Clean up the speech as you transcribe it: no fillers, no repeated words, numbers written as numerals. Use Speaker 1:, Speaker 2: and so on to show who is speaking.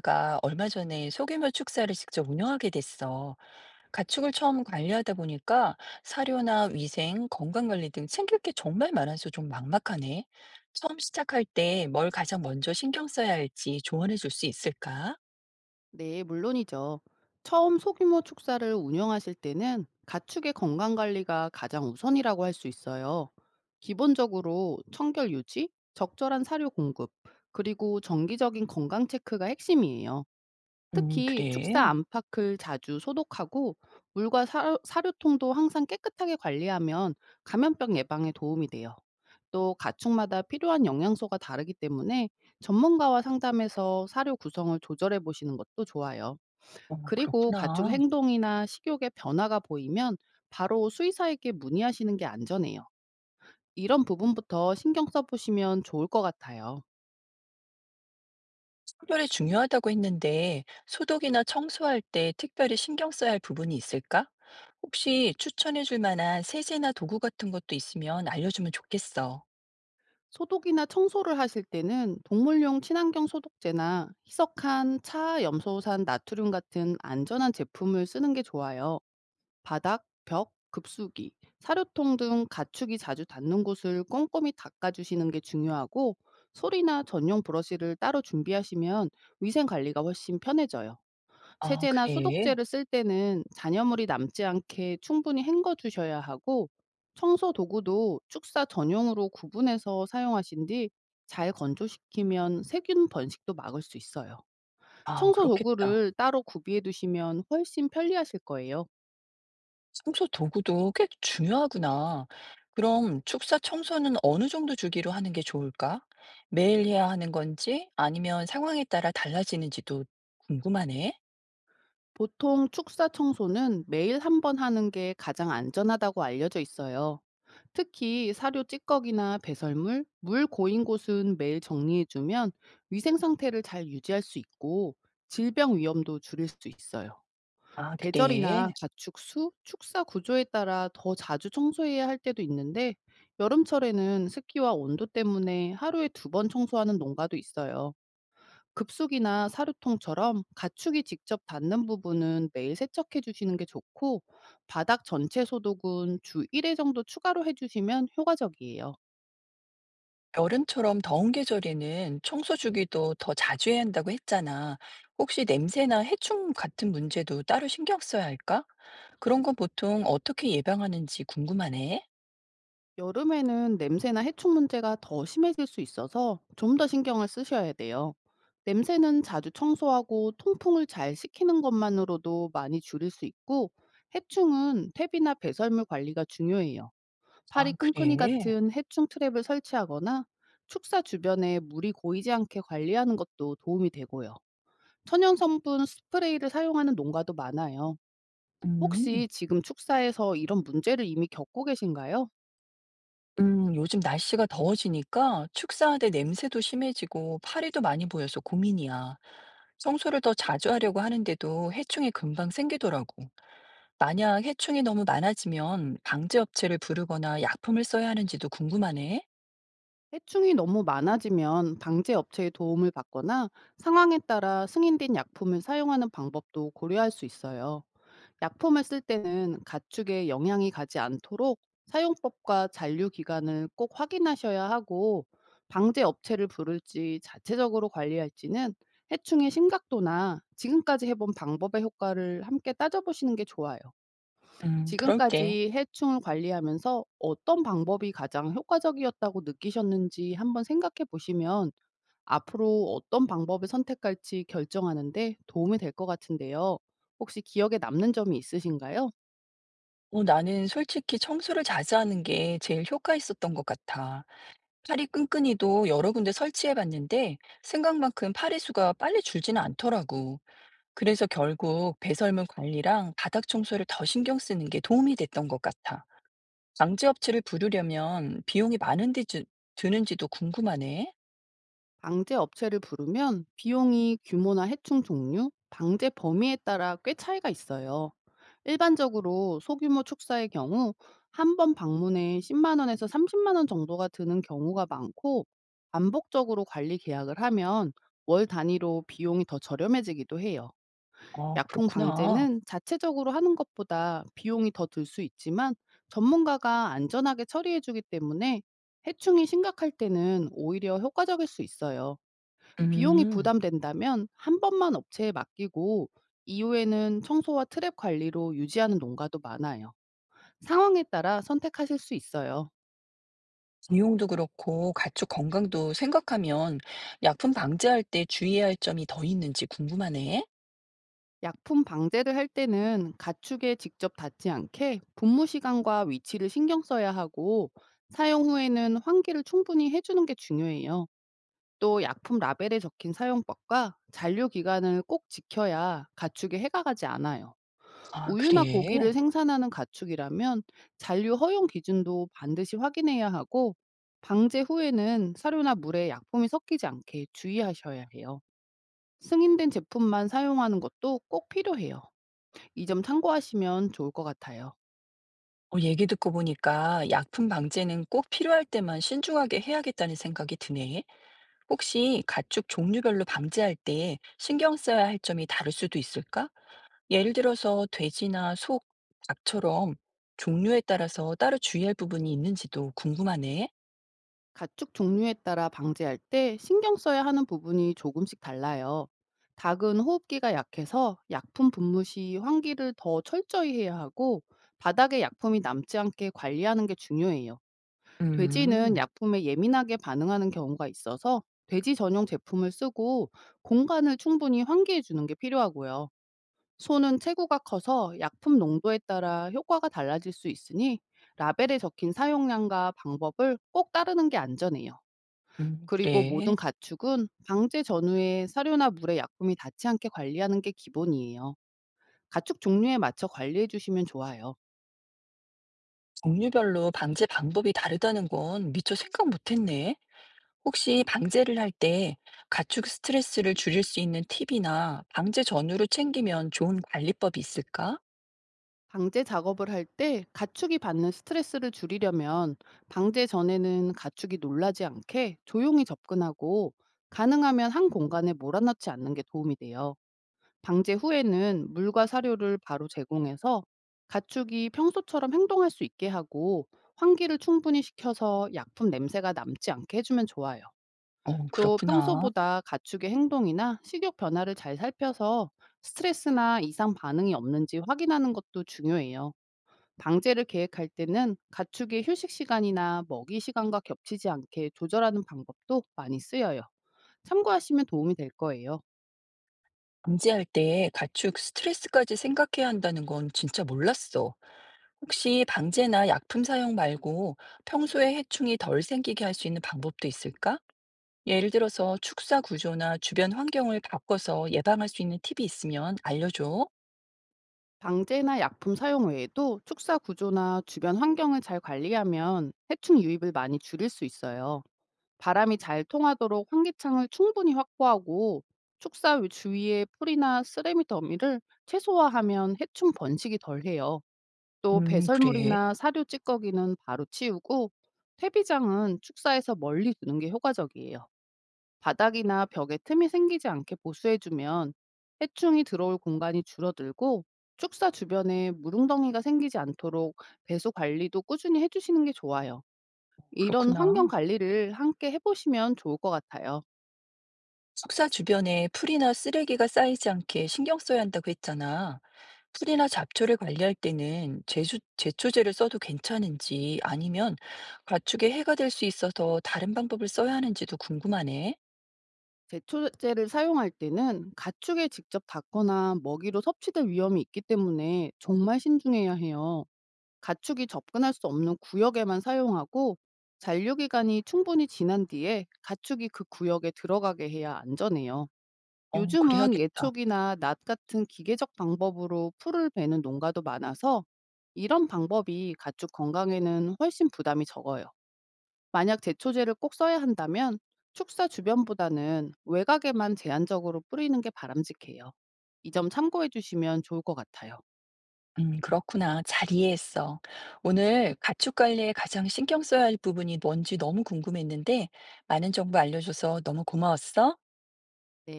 Speaker 1: 가 얼마 전에 소규모 축사를 직접 운영하게 됐어. 가축을 처음 관리하다 보니까 사료나 위생, 건강관리 등 챙길 게 정말 많아서 좀 막막하네. 처음 시작할 때 뭘 가장 먼저 신경 써야 할지 조언해 줄 수 있을까?
Speaker 2: 네, 물론이죠. 처음 소규모 축사를 운영하실 때는 가축의 건강 관리가 가장 우선이라고 할 수 있어요. 기본적으로 청결 유지, 적절한 사료 공급, 그리고 정기적인 건강 체크가 핵심이에요. 특히
Speaker 1: 그래.
Speaker 2: 축사 안팎을 자주 소독하고 물과 사료통도 항상 깨끗하게 관리하면 감염병 예방에 도움이 돼요. 또 가축마다 필요한 영양소가 다르기 때문에 전문가와 상담해서 사료 구성을 조절해 보시는 것도 좋아요.
Speaker 1: 어,
Speaker 2: 그리고 가축
Speaker 1: 그렇구나.
Speaker 2: 행동이나 식욕의 변화가 보이면 바로 수의사에게 문의하시는 게 안전해요. 이런 부분부터 신경 써보시면 좋을 것 같아요.
Speaker 1: 선별이 중요하다고 했는데 소독이나 청소할 때 특별히 신경 써야 할 부분이 있을까? 혹시 추천해 줄 만한 세제나 도구 같은 것도 있으면 알려주면 좋겠어.
Speaker 2: 소독이나 청소를 하실 때는 동물용 친환경 소독제나 희석한 차, 염소산, 나트륨 같은 안전한 제품을 쓰는 게 좋아요. 바닥, 벽, 급수기, 사료통 등 가축이 자주 닿는 곳을 꼼꼼히 닦아주시는 게 중요하고, 소리나 전용 브러쉬를 따로 준비하시면 위생 관리가 훨씬 편해져요.
Speaker 1: 아,
Speaker 2: 세제나
Speaker 1: 그래.
Speaker 2: 소독제를 쓸 때는 잔여물이 남지 않게 충분히 헹궈 주셔야 하고, 청소 도구도 축사 전용으로 구분해서 사용하신 뒤 잘 건조시키면 세균 번식도 막을 수 있어요.
Speaker 1: 아
Speaker 2: 청소
Speaker 1: 그렇겠다.
Speaker 2: 도구를 따로 구비해 두시면 훨씬 편리하실 거예요.
Speaker 1: 청소 도구도 꽤 중요하구나. 그럼 축사 청소는 어느 정도 주기로 하는 게 좋을까? 매일 해야 하는 건지 아니면 상황에 따라 달라지는지도 궁금하네.
Speaker 2: 보통 축사 청소는 매일 한번 하는 게 가장 안전하다고 알려져 있어요. 특히 사료 찌꺼기나 배설물, 물 고인 곳은 매일 정리해주면 위생 상태를 잘 유지할 수 있고, 질병 위험도 줄일 수 있어요.
Speaker 1: 아, 그래.
Speaker 2: 계절이나 가축 수, 축사 구조에 따라 더 자주 청소해야 할 때도 있는데, 여름철에는 습기와 온도 때문에 하루에 두 번 청소하는 농가도 있어요. 급속이나 사료통처럼 가축이 직접 닿는 부분은 매일 세척해 주시는 게 좋고, 바닥 전체 소독은 주 1회 정도 추가로 해 주시면 효과적이에요.
Speaker 1: 여름처럼 더운 계절에는 청소 주기도 더 자주 해야 한다고 했잖아. 혹시 냄새나 해충 같은 문제도 따로 신경 써야 할까? 그런 건 보통 어떻게 예방하는지 궁금하네.
Speaker 2: 여름에는 냄새나 해충 문제가 더 심해질 수 있어서 좀 더 신경을 쓰셔야 돼요. 냄새는 자주 청소하고 통풍을 잘 시키는 것만으로도 많이 줄일 수 있고, 해충은 탭이나 배설물 관리가 중요해요. 파리
Speaker 1: 아,
Speaker 2: 끈끈이
Speaker 1: 그래.
Speaker 2: 같은 해충 트랩을 설치하거나 축사 주변에 물이 고이지 않게 관리하는 것도 도움이 되고요. 천연 성분 스프레이를 사용하는 농가도 많아요.
Speaker 1: 음.
Speaker 2: 혹시 지금 축사에서 이런 문제를 이미 겪고 계신가요?
Speaker 1: 요즘 날씨가 더워지니까 축사하되 냄새도 심해지고 파리도 많이 보여서 고민이야. 청소를 더 자주 하려고 하는데도 해충이 금방 생기더라고. 만약 해충이 너무 많아지면 방제 업체를 부르거나 약품을 써야 하는지도 궁금하네.
Speaker 2: 해충이 너무 많아지면 방제 업체의 도움을 받거나 상황에 따라 승인된 약품을 사용하는 방법도 고려할 수 있어요. 약품을 쓸 때는 가축에 영향이 가지 않도록 사용법과 잔류 기간을 꼭 확인하셔야 하고, 방제 업체를 부를지 자체적으로 관리할지는 해충의 심각도나 지금까지 해본 방법의 효과를 함께 따져보시는 게 좋아요.
Speaker 1: 그럴 때.
Speaker 2: 지금까지 해충을 관리하면서 어떤 방법이 가장 효과적이었다고 느끼셨는지 한번 생각해 보시면 앞으로 어떤 방법을 선택할지 결정하는데 도움이 될 것 같은데요. 혹시 기억에 남는 점이 있으신가요?
Speaker 1: 어, 나는 솔직히 청소를 자주 하는 게 제일 효과 있었던 것 같아. 파리 끈끈이도 여러 군데 설치해 봤는데 생각만큼 파리 수가 빨리 줄지는 않더라고. 그래서 결국 배설물 관리랑 바닥 청소를 더 신경 쓰는 게 도움이 됐던 것 같아. 방제업체를 부르려면 비용이 많은데 주- 드는지도 궁금하네.
Speaker 2: 방제 업체를 부르면 비용이 규모나 해충 종류, 방제 범위에 따라 꽤 차이가 있어요. 일반적으로 소규모 축사의 경우 한 번 방문에 10만 원에서 30만 원 정도가 드는 경우가 많고, 반복적으로 관리 계약을 하면 월 단위로 비용이 더 저렴해지기도 해요.
Speaker 1: 아,
Speaker 2: 약품
Speaker 1: 그렇구나.
Speaker 2: 방제는 자체적으로 하는 것보다 비용이 더 들 수 있지만, 전문가가 안전하게 처리해주기 때문에 해충이 심각할 때는 오히려 효과적일 수 있어요. 비용이
Speaker 1: 음,
Speaker 2: 부담된다면 한 번만 업체에 맡기고 이후에는 청소와 트랩 관리로 유지하는 농가도 많아요. 상황에 따라 선택하실 수 있어요.
Speaker 1: 비용도 그렇고 가축 건강도 생각하면 약품 방제할 때 주의해야 할 점이 더 있는지 궁금하네.
Speaker 2: 약품 방제를 할 때는 가축에 직접 닿지 않게 분무 시간과 위치를 신경 써야 하고, 사용 후에는 환기를 충분히 해 주는 게 중요해요. 또 약품 라벨에 적힌 사용법과 잔류 기간을 꼭 지켜야 가축에 해가 가지 않아요.
Speaker 1: 아,
Speaker 2: 우유나
Speaker 1: 그래.
Speaker 2: 고기를 생산하는 가축이라면 잔류 허용 기준도 반드시 확인해야 하고, 방제 후에는 사료나 물에 약품이 섞이지 않게 주의하셔야 해요. 승인된 제품만 사용하는 것도 꼭 필요해요. 이 점 참고하시면 좋을 것 같아요.
Speaker 1: 어, 얘기 듣고 보니까 약품 방제는 꼭 필요할 때만 신중하게 해야겠다는 생각이 드네. 혹시 가축 종류별로 방제할 때 신경 써야 할 점이 다를 수도 있을까? 예를 들어서 돼지나 소, 닭처럼 종류에 따라서 따로 주의할 부분이 있는지도 궁금하네.
Speaker 2: 가축 종류에 따라 방제할 때 신경 써야 하는 부분이 조금씩 달라요. 닭은 호흡기가 약해서 약품 분무 시 환기를 더 철저히 해야 하고, 바닥에 약품이 남지 않게 관리하는 게 중요해요. 돼지는
Speaker 1: 음,
Speaker 2: 약품에 예민하게 반응하는 경우가 있어서 돼지 전용 제품을 쓰고 공간을 충분히 환기해 주는 게 필요하고요. 소는 체구가 커서 약품 농도에 따라 효과가 달라질 수 있으니, 라벨에 적힌 사용량과 방법을 꼭 따르는 게 안전해요. 그리고 모든
Speaker 1: 그래.
Speaker 2: 가축은 방제 전후에 사료나 물에 약품이 닿지 않게 관리하는 게 기본이에요. 가축 종류에 맞춰 관리해 주시면 좋아요.
Speaker 1: 종류별로 방제 방법이 다르다는 건 미처 생각 못했네. 혹시 방제를 할 때 가축 스트레스를 줄일 수 있는 팁이나 방제 전후로 챙기면 좋은 관리법이 있을까?
Speaker 2: 방제 작업을 할 때 가축이 받는 스트레스를 줄이려면 방제 전에는 가축이 놀라지 않게 조용히 접근하고, 가능하면 한 공간에 몰아넣지 않는 게 도움이 돼요. 방제 후에는 물과 사료를 바로 제공해서 가축이 평소처럼 행동할 수 있게 하고, 환기를 충분히 시켜서 약품 냄새가 남지 않게 해주면 좋아요.
Speaker 1: 어,
Speaker 2: 또
Speaker 1: 그렇구나.
Speaker 2: 평소보다 가축의 행동이나 식욕 변화를 잘 살펴서 스트레스나 이상 반응이 없는지 확인하는 것도 중요해요. 방제를 계획할 때는 가축의 휴식 시간이나 먹이 시간과 겹치지 않게 조절하는 방법도 많이 쓰여요. 참고하시면 도움이 될 거예요.
Speaker 1: 방제할 때 가축 스트레스까지 생각해야 한다는 건 진짜 몰랐어. 혹시 방제나 약품 사용 말고 평소에 해충이 덜 생기게 할 수 있는 방법도 있을까? 예를 들어서 축사 구조나 주변 환경을 바꿔서 예방할 수 있는 팁이 있으면 알려줘.
Speaker 2: 방제나 약품 사용 외에도 축사 구조나 주변 환경을 잘 관리하면 해충 유입을 많이 줄일 수 있어요. 바람이 잘 통하도록 환기창을 충분히 확보하고, 축사 주위에 풀이나 쓰레미 더미를 최소화하면 해충 번식이 덜해요. 또
Speaker 1: 그래.
Speaker 2: 배설물이나 사료 찌꺼기는 바로 치우고 퇴비장은 축사에서 멀리 두는 게 효과적이에요. 바닥이나 벽에 틈이 생기지 않게 보수해주면 해충이 들어올 공간이 줄어들고, 축사 주변에 물웅덩이가 생기지 않도록 배수 관리도 꾸준히 해주시는 게 좋아요. 이런 환경
Speaker 1: 그렇구나.
Speaker 2: 관리를 함께 해보시면 좋을 것 같아요.
Speaker 1: 숙사 주변에 풀이나 쓰레기가 쌓이지 않게 신경 써야 한다고 했잖아. 풀이나 잡초를 관리할 때는 제초제를 써도 괜찮은지 아니면 가축에 해가 될 수 있어서 다른 방법을 써야 하는지도 궁금하네.
Speaker 2: 제초제를 사용할 때는 가축에 직접 닿거나 먹이로 섭취될 위험이 있기 때문에 정말 신중해야 해요. 가축이 접근할 수 없는 구역에만 사용하고, 잔류 기간이 충분히 지난 뒤에 가축이 그 구역에 들어가게 해야 안전해요.
Speaker 1: 어,
Speaker 2: 요즘은
Speaker 1: 그래야겠다.
Speaker 2: 예촉이나 낫 같은 기계적 방법으로 풀을 베는 농가도 많아서 이런 방법이 가축 건강에는 훨씬 부담이 적어요. 만약 제초제를 꼭 써야 한다면 축사 주변보다는 외곽에만 제한적으로 뿌리는 게 바람직해요. 이 점 참고해 주시면 좋을 것 같아요.
Speaker 1: 그렇구나. 잘 이해했어. 오늘 가축 관리에 가장 신경 써야 할 부분이 뭔지 너무 궁금했는데 많은 정보 알려줘서 너무 고마웠어.
Speaker 2: 네.